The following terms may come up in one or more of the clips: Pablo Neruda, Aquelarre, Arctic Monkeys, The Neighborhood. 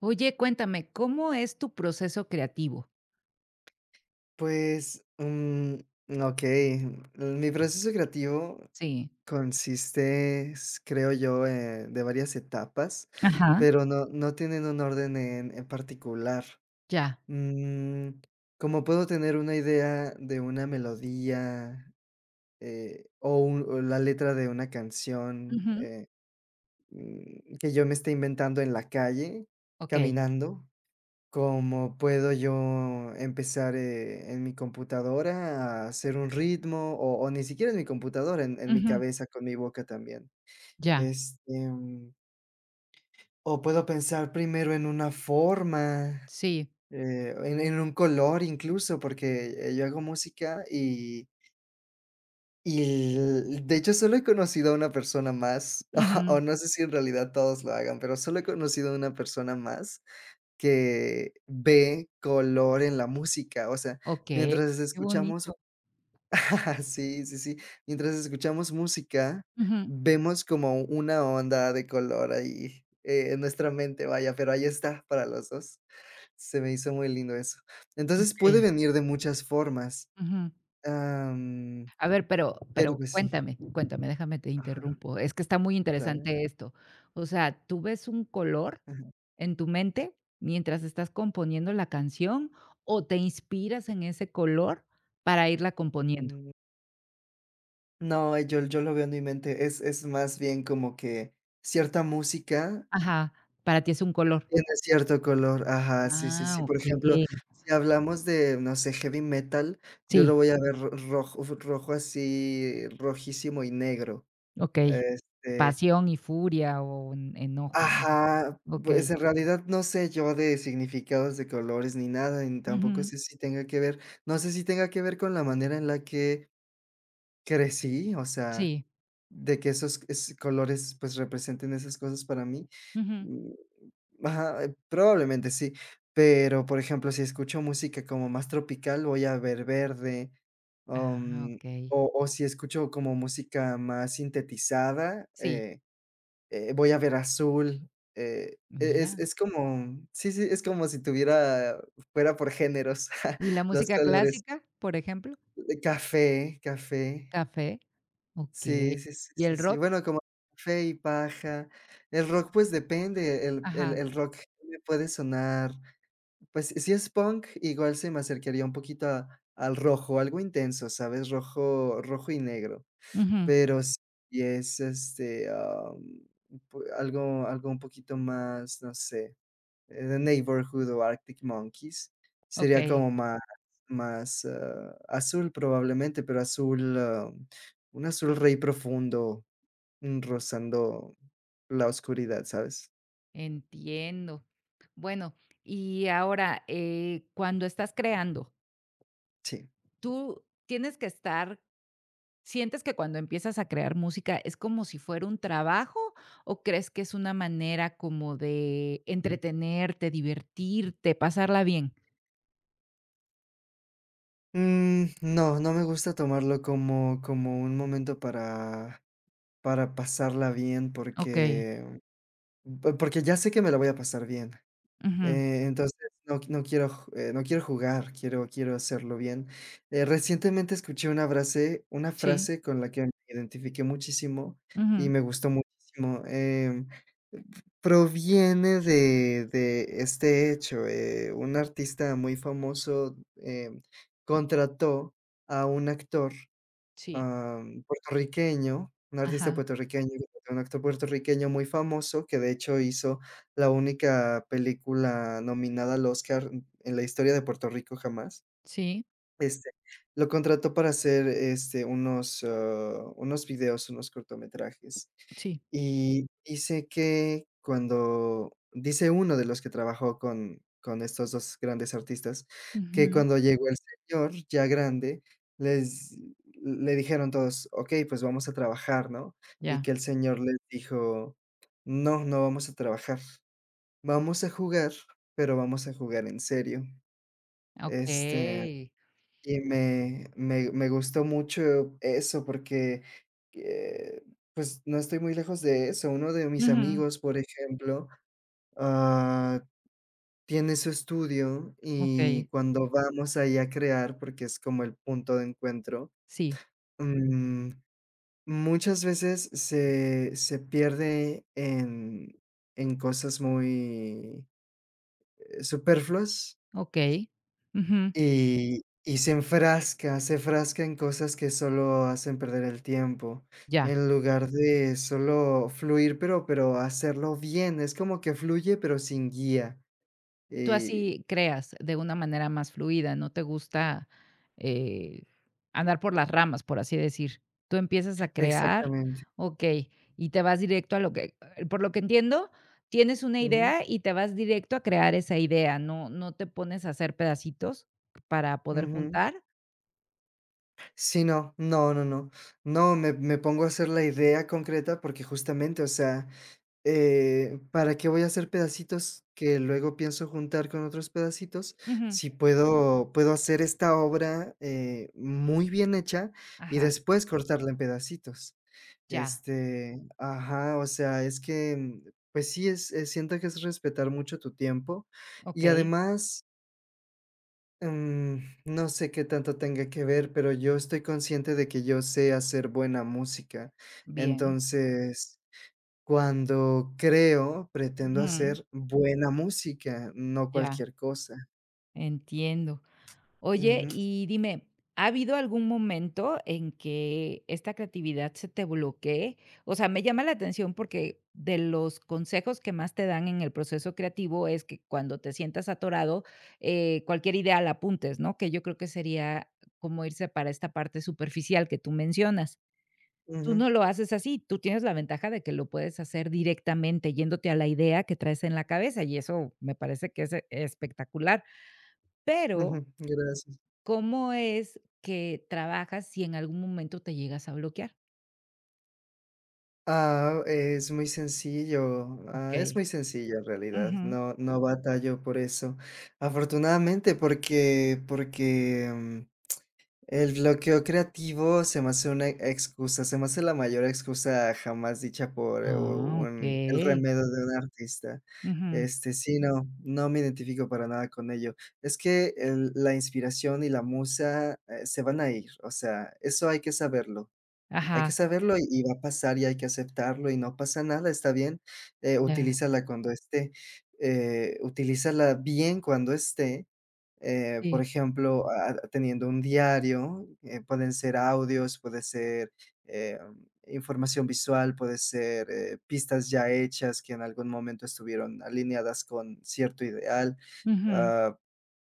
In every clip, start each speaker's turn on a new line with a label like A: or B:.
A: Oye, cuéntame, ¿cómo es tu proceso creativo?
B: Pues, okey, mi proceso creativo
A: Sí.
B: consiste, s creo yo, de varias etapas,
A: Ajá.
B: pero no tienen un orden en particular.
A: Ya.
B: Mm, como puedo tener una idea de una melodía, o un o la letra de una canción,
A: Ujú.
B: que yo me esté inventando en la calle,
A: Okey.
B: caminando. ¿Cómo puedo yo empezar, en mi computadora a hacer un ritmo? O ni siquiera en mi computadora, en mi
A: Ujú.
B: cabeza, con mi boca también.
A: Ya.
B: Este, mm, o puedo pensar primero en una forma,
A: Sí.
B: en un color incluso, porque, yo hago música y l de hecho, solo he conocido a una persona más, o
A: Ujú.
B: no sé si en realidad todos lo hagan, pero solo he conocido a una persona más que ve color en la música, o sea,
A: Okey.
B: mientras
A: Qué
B: escuchamos
A: bonito.
B: sí, sí, sí, mientras escuchamos música,
A: Ujú.
B: vemos como una onda de color ahí, en nuestra mente, vaya, pero ahí está para los 2. Se me hizo muy lindo eso. Entonces, puede
A: Okey.
B: venir de muchas formas,
A: Ujú.
B: am,
A: A ver, pero
B: pero,
A: pero
B: pues, sí.
A: cuéntame, cuéntame, déjame te
B: Ajá,
A: interrumpo. Es que está muy
B: claro,
A: interesante esto. O sea, ¿tú ves un color
B: ajá.
A: en tu mente mientras estás componiendo la canción o te inspiras en ese color para irla componiendo?
B: Mm, no, yo lo veo en mi mente, es más bien como que cierta música
A: Ajá, para ti es un color.
B: tiene cierto color, ajá, sí, sí,
A: Ah,
B: sí, por ejemplo,
A: okey.
B: si hablamos de, no sé, heavy metal, yo lo
A: Sí,
B: voy a ver ro rojo rojo así, rojísimo y negro,
A: okey.
B: este
A: Pasión y furia o en enojo, ¿no?
B: ajá, pues,
A: Okey.
B: en realidad no sé yo de significados de colores ni nada, ni tampoco
A: Ujú.
B: sé si tenga que ver, no sé si tenga que ver con la manera en la que crecí, o sea,
A: Sí.
B: de que esos es colores, pues, representen esas cosas para mí.
A: Ujú.
B: mm, Ajá, probablemente sí, pero, por ejemplo, si escucho música como más tropical, voy a ver verde,
A: Ah,
B: am,
A: okey.
B: o si escucho como música más sintetizada,
A: Sí,
B: voy a ver azul, es
A: mira.
B: es como sí, sí, es como si tuviera fuera por géneros
A: ¿Y la
B: los
A: música
B: colores,
A: clásica, por ejemplo?
B: café, café,
A: Café. Okey.
B: sí, sí, sí,
A: ¿Y
B: sí,
A: el
B: sí,
A: rock?
B: bueno, como café y paja, el rock, pues, depende, el el
A: Ajá.
B: el rock me puede sonar pues si es punk, igual se me acercaría un poquito a al rojo, algo intenso, ¿sabes? Rojo rojo y negro.
A: Ujú.
B: Pero si es, este, am, pu algo algo un poquito más, no sé, The Neighborhood o Arctic Monkeys, sería
A: Okey,
B: como más más, ah, azul probablemente, pero azul, un azul rey profundo, rozando la oscuridad, ¿sabes?
A: entiendo. Bueno, y ahora, cuando estás creando,
B: Sí.
A: ¿tú tienes que estar ¿Sientes que cuando empiezas a crear música es como si fuera un trabajo o crees que es una manera como de entretenerte, divertirte, pasarla bien?
B: No, no me gusta tomarlo como como un momento para pasarla bien,
A: Okey.
B: porque, porque ya sé que me la voy a pasar bien.
A: Ujú.
B: Entonces, no quiero jugar, quiero quiero hacerlo bien. Recientemente escuché una
A: Sí.
B: frase con la que me identifiqué muchísimo y
A: Ujú.
B: me gustó muchísimo, proviene de este hecho, un artista muy famoso, contrató a un actor
A: Sí.
B: Am, puertorriqueño, un artista
A: Ajá.
B: puertorriqueño, un actor puertorriqueño muy famoso, que de hecho hizo la única película nominada al Oscar en la historia de Puerto Rico jamás.
A: Sí,
B: Este, lo contrató para hacer, este, unos, unos videos, unos cortometrajes.
A: sí.
B: Y dice que cuando dice uno de los que trabajó con estos 2 grandes artistas, que
A: Ujú.
B: cuando llegó el señor ya grande, les le dijeron todos: "Okey, pues vamos a trabajar", ¿no? Y
A: Ya.
B: que el señor les dijo: "No, no vamos a trabajar. Vamos a jugar, pero vamos a jugar en serio". Este
A: Okey.
B: y me gustó mucho eso porque, eh, pues, no estoy muy lejos de eso. Uno de mis
A: Ujú.
B: amigos, por ejemplo, ah, tiene su estudio y
A: Okey.
B: cuando vamos ahí a crear, porque es como el punto de encuentro,
A: Sí.
B: mm, muchas veces se pierde en cosas muy, superfluas.
A: Okey. Ujú.
B: Y se enfrasca en cosas que solo hacen perder el tiempo,
A: Ya.
B: en lugar de solo fluir, pero hacerlo bien, es como que fluye, pero sin guía,
A: Tú
B: eh,
A: así creas de una manera más fluida, no te gusta, eh, andar por las ramas, por así decir. Tú empiezas a crear,
B: exactamente,
A: okey, y te vas directo a lo que por lo que entiendo, tienes una
B: ujú,
A: idea y te vas directo a crear esa idea, no te pones a hacer pedacitos para poder
B: ujú.
A: juntar.
B: Sí, no, no, no, no, no, me pongo a hacer la idea concreta porque justamente, o sea, ¿para qué voy a hacer pedacitos que luego pienso juntar con otros pedacitos?
A: Ujú.
B: Si puedo hacer esta obra, muy bien hecha y
A: Ajá,
B: después cortarla en pedacitos.
A: ya,
B: Este ajá, o sea, es que, pues sí, es siento que es respetar mucho tu tiempo y
A: okey,
B: además, mm, no sé qué tanto tenga que ver, pero yo estoy consciente de que yo sé hacer buena música.
A: bien.
B: Entonces cuando creo, pretendo
A: Ujú,
B: hacer buena música, no
A: ya,
B: cualquier cosa.
A: entiendo. Oye,
B: Ujú,
A: y dime, ¿ha habido algún momento en que esta creatividad se te bloquee? O sea, me llama la atención porque de los consejos que más te dan en el proceso creativo es que cuando te sientas atorado, cualquier idea la apuntes, ¿no? Que yo creo que sería como irse para esta parte superficial que tú mencionas. Tú
B: ujú,
A: no lo haces así, tú tienes la ventaja de que lo puedes hacer directamente yéndote a la idea que traes en la cabeza y eso me parece que es espectacular, pero
B: ujú, gracias.
A: ¿cómo es que trabajas si en algún momento te llegas a bloquear?
B: Ah, es muy sencillo, ah, es
A: Okey.
B: muy sencillo en realidad,
A: Ujú.
B: no batallo por eso. Afortunadamente, porque porque, el bloqueo creativo se me hace una excusa, se me hace la mayor excusa jamás dicha por,
A: Ah,
B: un el
A: okey.
B: remedio de un artista.
A: Ujú.
B: Este, sí, no, no me identifico para nada con ello. Es que el la inspiración y la musa, se van a ir, o sea, eso hay que saberlo. Hay que
A: Ajá.
B: saberlo y va a pasar y hay que aceptarlo y no pasa nada, está bien,
A: Ya,
B: utilízala cuando esté, utilízala bien cuando esté, por
A: sí.
B: ejemplo, a teniendo un diario, pueden ser audios, puede ser, eh, información visual, puede ser, pistas ya hechas que en algún momento estuvieron alineadas con cierto ideal.
A: Ujú.
B: Ah,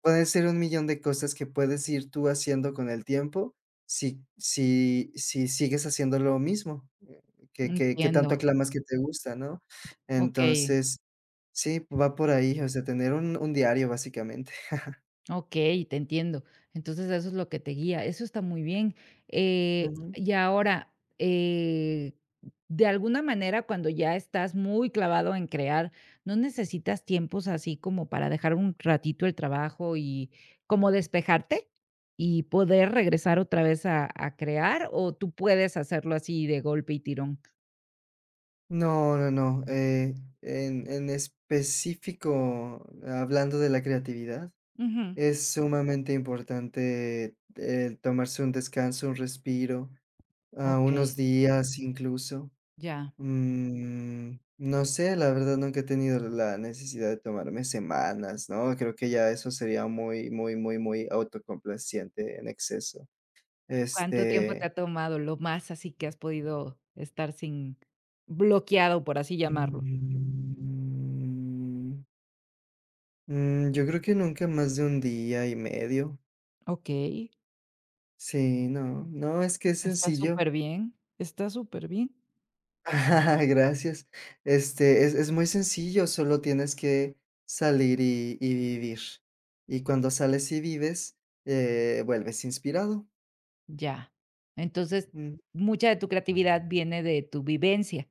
B: pueden ser un millón de cosas que puedes ir tú haciendo con el tiempo si sigues haciendo lo mismo, que tanto
A: Entiendo.
B: aclamas que te gusta, ¿no?
A: Okey.
B: Entonces, sí, va por ahí, o sea, tener un diario, básicamente.
A: Okey, te entiendo. Entonces, eso es lo que te guía. Eso está muy bien. Y ahora, de alguna manera, cuando ya estás muy clavado en crear, ¿no necesitas tiempos así como para dejar un ratito el trabajo y como despejarte y poder regresar otra vez a crear, o tú puedes hacerlo así de golpe y tirón?
B: No, no, no. En específico, hablando de la creatividad,
A: Ujú.
B: es sumamente importante tomarse un descanso, un respiro, unos
A: Okey,
B: días incluso.
A: ya.
B: No sé, la verdad nunca he tenido la necesidad de tomarme semanas, ¿no? Creo que ya eso sería muy, muy, muy, muy autocomplaciente en exceso.
A: ¿Cuánto tiempo te
B: Este...
A: ha tomado lo más así que has podido estar sin bloqueado, por así llamarlo?
B: mm, Mm, yo creo que nunca más de un día y medio.
A: Okey,
B: Sí, no, no, es que es
A: está
B: sencillo.
A: súper bien, está súper bien.
B: Gracias. Este, es muy sencillo, solo tienes que salir y vivir. Y cuando sales y vives, vuelves inspirado.
A: Ya. Entonces,
B: Mm,
A: mucha de tu creatividad viene de tu vivencia.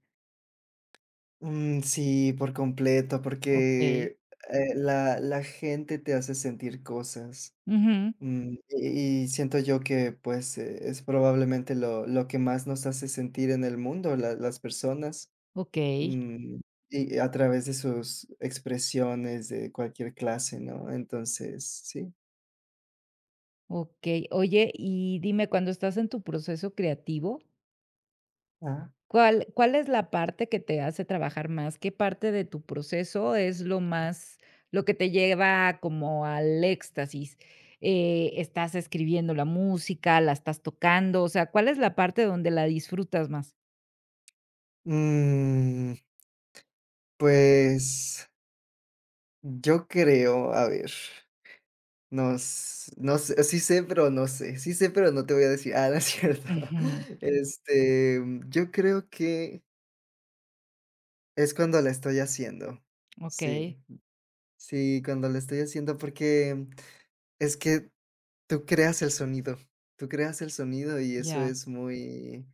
B: sí, por completo,
A: Okey.
B: porque la gente te hace sentir cosas.
A: Ujú.
B: Y siento yo que, pues, es probablemente lo que más nos hace sentir en el mundo, la las personas,
A: Okey,
B: mm, y a través de sus expresiones de cualquier clase, ¿no? Entonces, sí,
A: okey. Oye, y dime, cuando estás en tu proceso creativo
B: ajá.
A: ¿cuál es la parte que te hace trabajar más? ¿Qué parte de tu proceso es lo más lo que te lleva como al éxtasis? ¿Estás escribiendo la música, la estás tocando? O sea, ¿cuál es la parte donde la disfrutas más?
B: Mm, pues, yo creo, a ver, nos no sé, sí sé, pero no sé, sí sé, pero no te voy a decir. Ah, no es cierto.
A: Ujú,
B: Este, yo creo que es cuando la estoy haciendo, sí.
A: okey,
B: Sí, cuando lo estoy haciendo, porque es que tú creas el sonido, tú creas el sonido y eso
A: ya.
B: es muy,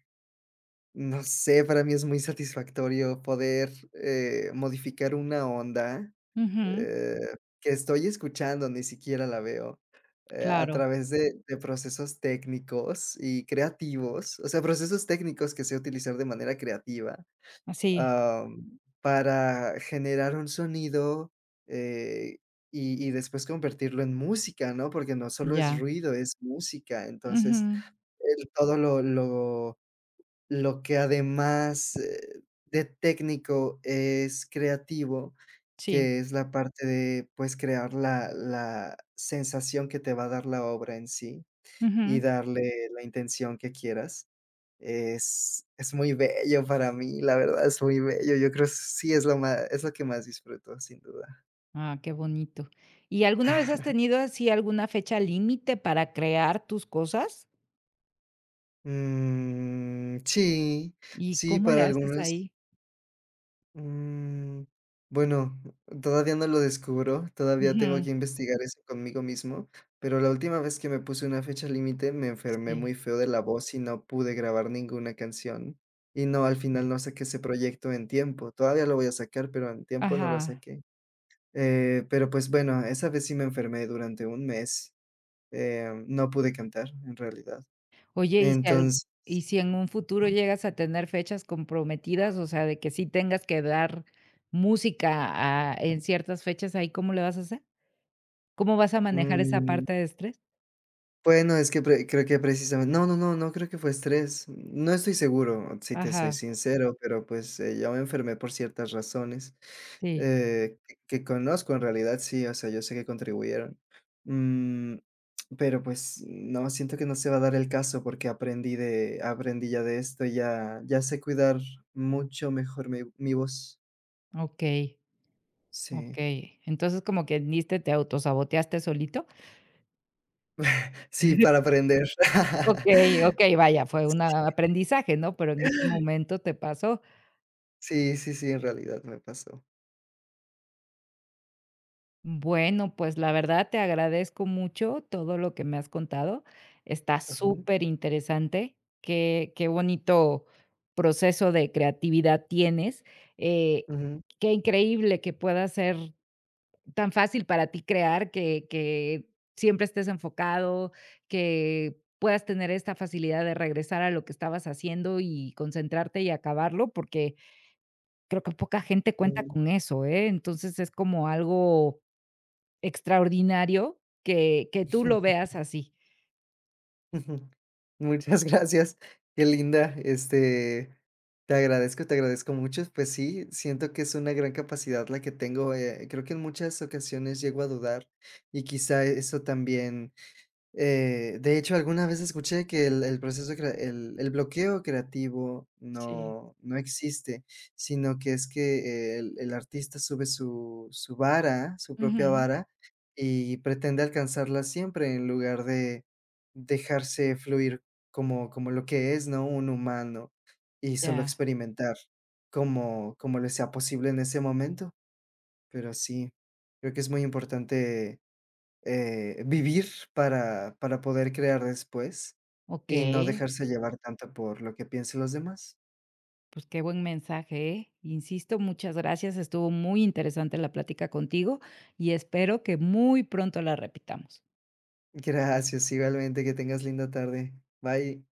B: no sé, para mí es muy satisfactorio poder, modificar una onda,
A: Ujú,
B: eh, que estoy escuchando, ni siquiera la veo, a
A: claro.
B: través de procesos técnicos y creativos, o sea, procesos técnicos que sé utilizar de manera creativa
A: Así,
B: para generar un sonido, eh, y después convertirlo en música, ¿no? Porque no solo es
A: ya.
B: ruido, es música. Entonces,
A: Ujú,
B: el todo lo que además, de técnico es creativo,
A: sí.
B: que es la parte de, pues, crear la sensación que te va a dar la obra en sí, y
A: Ujú.
B: darle la intención que quieras. Es muy bello para mí, la verdad es muy bello. Yo creo es lo que más disfruto, sin duda.
A: Ah, qué bonito. ¿Y alguna vez has tenido así alguna fecha límite para crear tus cosas?
B: Mm, sí,
A: ¿Y
B: sí,
A: cómo le
B: para
A: haces
B: algunas,
A: ahí?
B: mm, bueno, todavía no lo descubro, todavía tengo
A: Ujú,
B: que investigar eso conmigo mismo, pero la última vez que me puse una fecha límite me enfermé
A: sí,
B: muy feo de la voz y no pude grabar ninguna canción. Y no, al
A: eh,
B: final no saqué ese proyecto en tiempo. Todavía lo voy a sacar, pero en tiempo no lo
A: ajá.
B: saqué. Pero pues bueno, esa vez sí me enfermé durante un mes, no pude cantar en realidad.
A: Oye, y si al
B: Entonces,
A: y si en un futuro llegas a tener fechas comprometidas, o sea, de que sí tengas que dar música a en ciertas fechas, ¿ahí cómo le vas a hacer? ¿Cómo vas a manejar esa
B: mm,
A: parte de estrés?
B: bueno, es que pre creo que precisamente no, no, no, no creo que fue estrés. No estoy seguro, si te soy
A: Ajá,
B: sincero, pero, pues, yo me enfermé por ciertas razones,
A: sí,
B: que conozco en realidad, sí, o sea, yo sé que contribuyeron. Mm, pero, pues, no, siento que no se va a dar el caso porque aprendí ya de esto, ya sé cuidar mucho mejor mi voz.
A: okey,
B: Sí,
A: okey. Entonces, como que diste, te autosaboteaste solito.
B: sí, para aprender.
A: Okey, okey, vaya, fue un aprendizaje, ¿no? Pero en ese momento te pasó.
B: Sí, sí, sí, en realidad me pasó.
A: Bueno, pues la verdad te agradezco mucho todo lo que me has contado. Está
B: Ujú,
A: súper interesante. Qué, qué bonito proceso de creatividad tienes. Eh,
B: ujú.
A: Qué increíble que pueda ser tan fácil para ti crear, que siempre estés enfocado, que puedas tener esta facilidad de regresar a lo que estabas haciendo y concentrarte y acabarlo, porque creo que poca gente cuenta
B: Mm.
A: con eso, ¿eh? Entonces es como algo extraordinario que tú lo veas así.
B: Muchas gracias. Qué linda, este, te agradezco mucho. Pues sí, siento que es una gran capacidad la que tengo, creo que en muchas ocasiones llego a dudar y quizá eso también. De hecho, alguna vez escuché que el proceso crea el bloqueo creativo
A: Sí.
B: no existe, sino que es que el artista sube su vara, su propia
A: Ujú.
B: vara, y pretende alcanzarla siempre en lugar de dejarse fluir como como lo que es, ¿no?, un humano, y solo
A: Ya,
B: experimentar como como le sea posible en ese momento. Pero sí, creo que es muy importante vivir para poder crear después y no
A: okey.
B: dejarse llevar tanto por lo que piensen los demás.
A: Pues qué buen mensaje, ¿eh? Insisto, muchas gracias. Estuvo muy interesante la plática contigo y espero que muy pronto la repitamos.
B: Gracias, igualmente, que tengas linda tarde. Bye.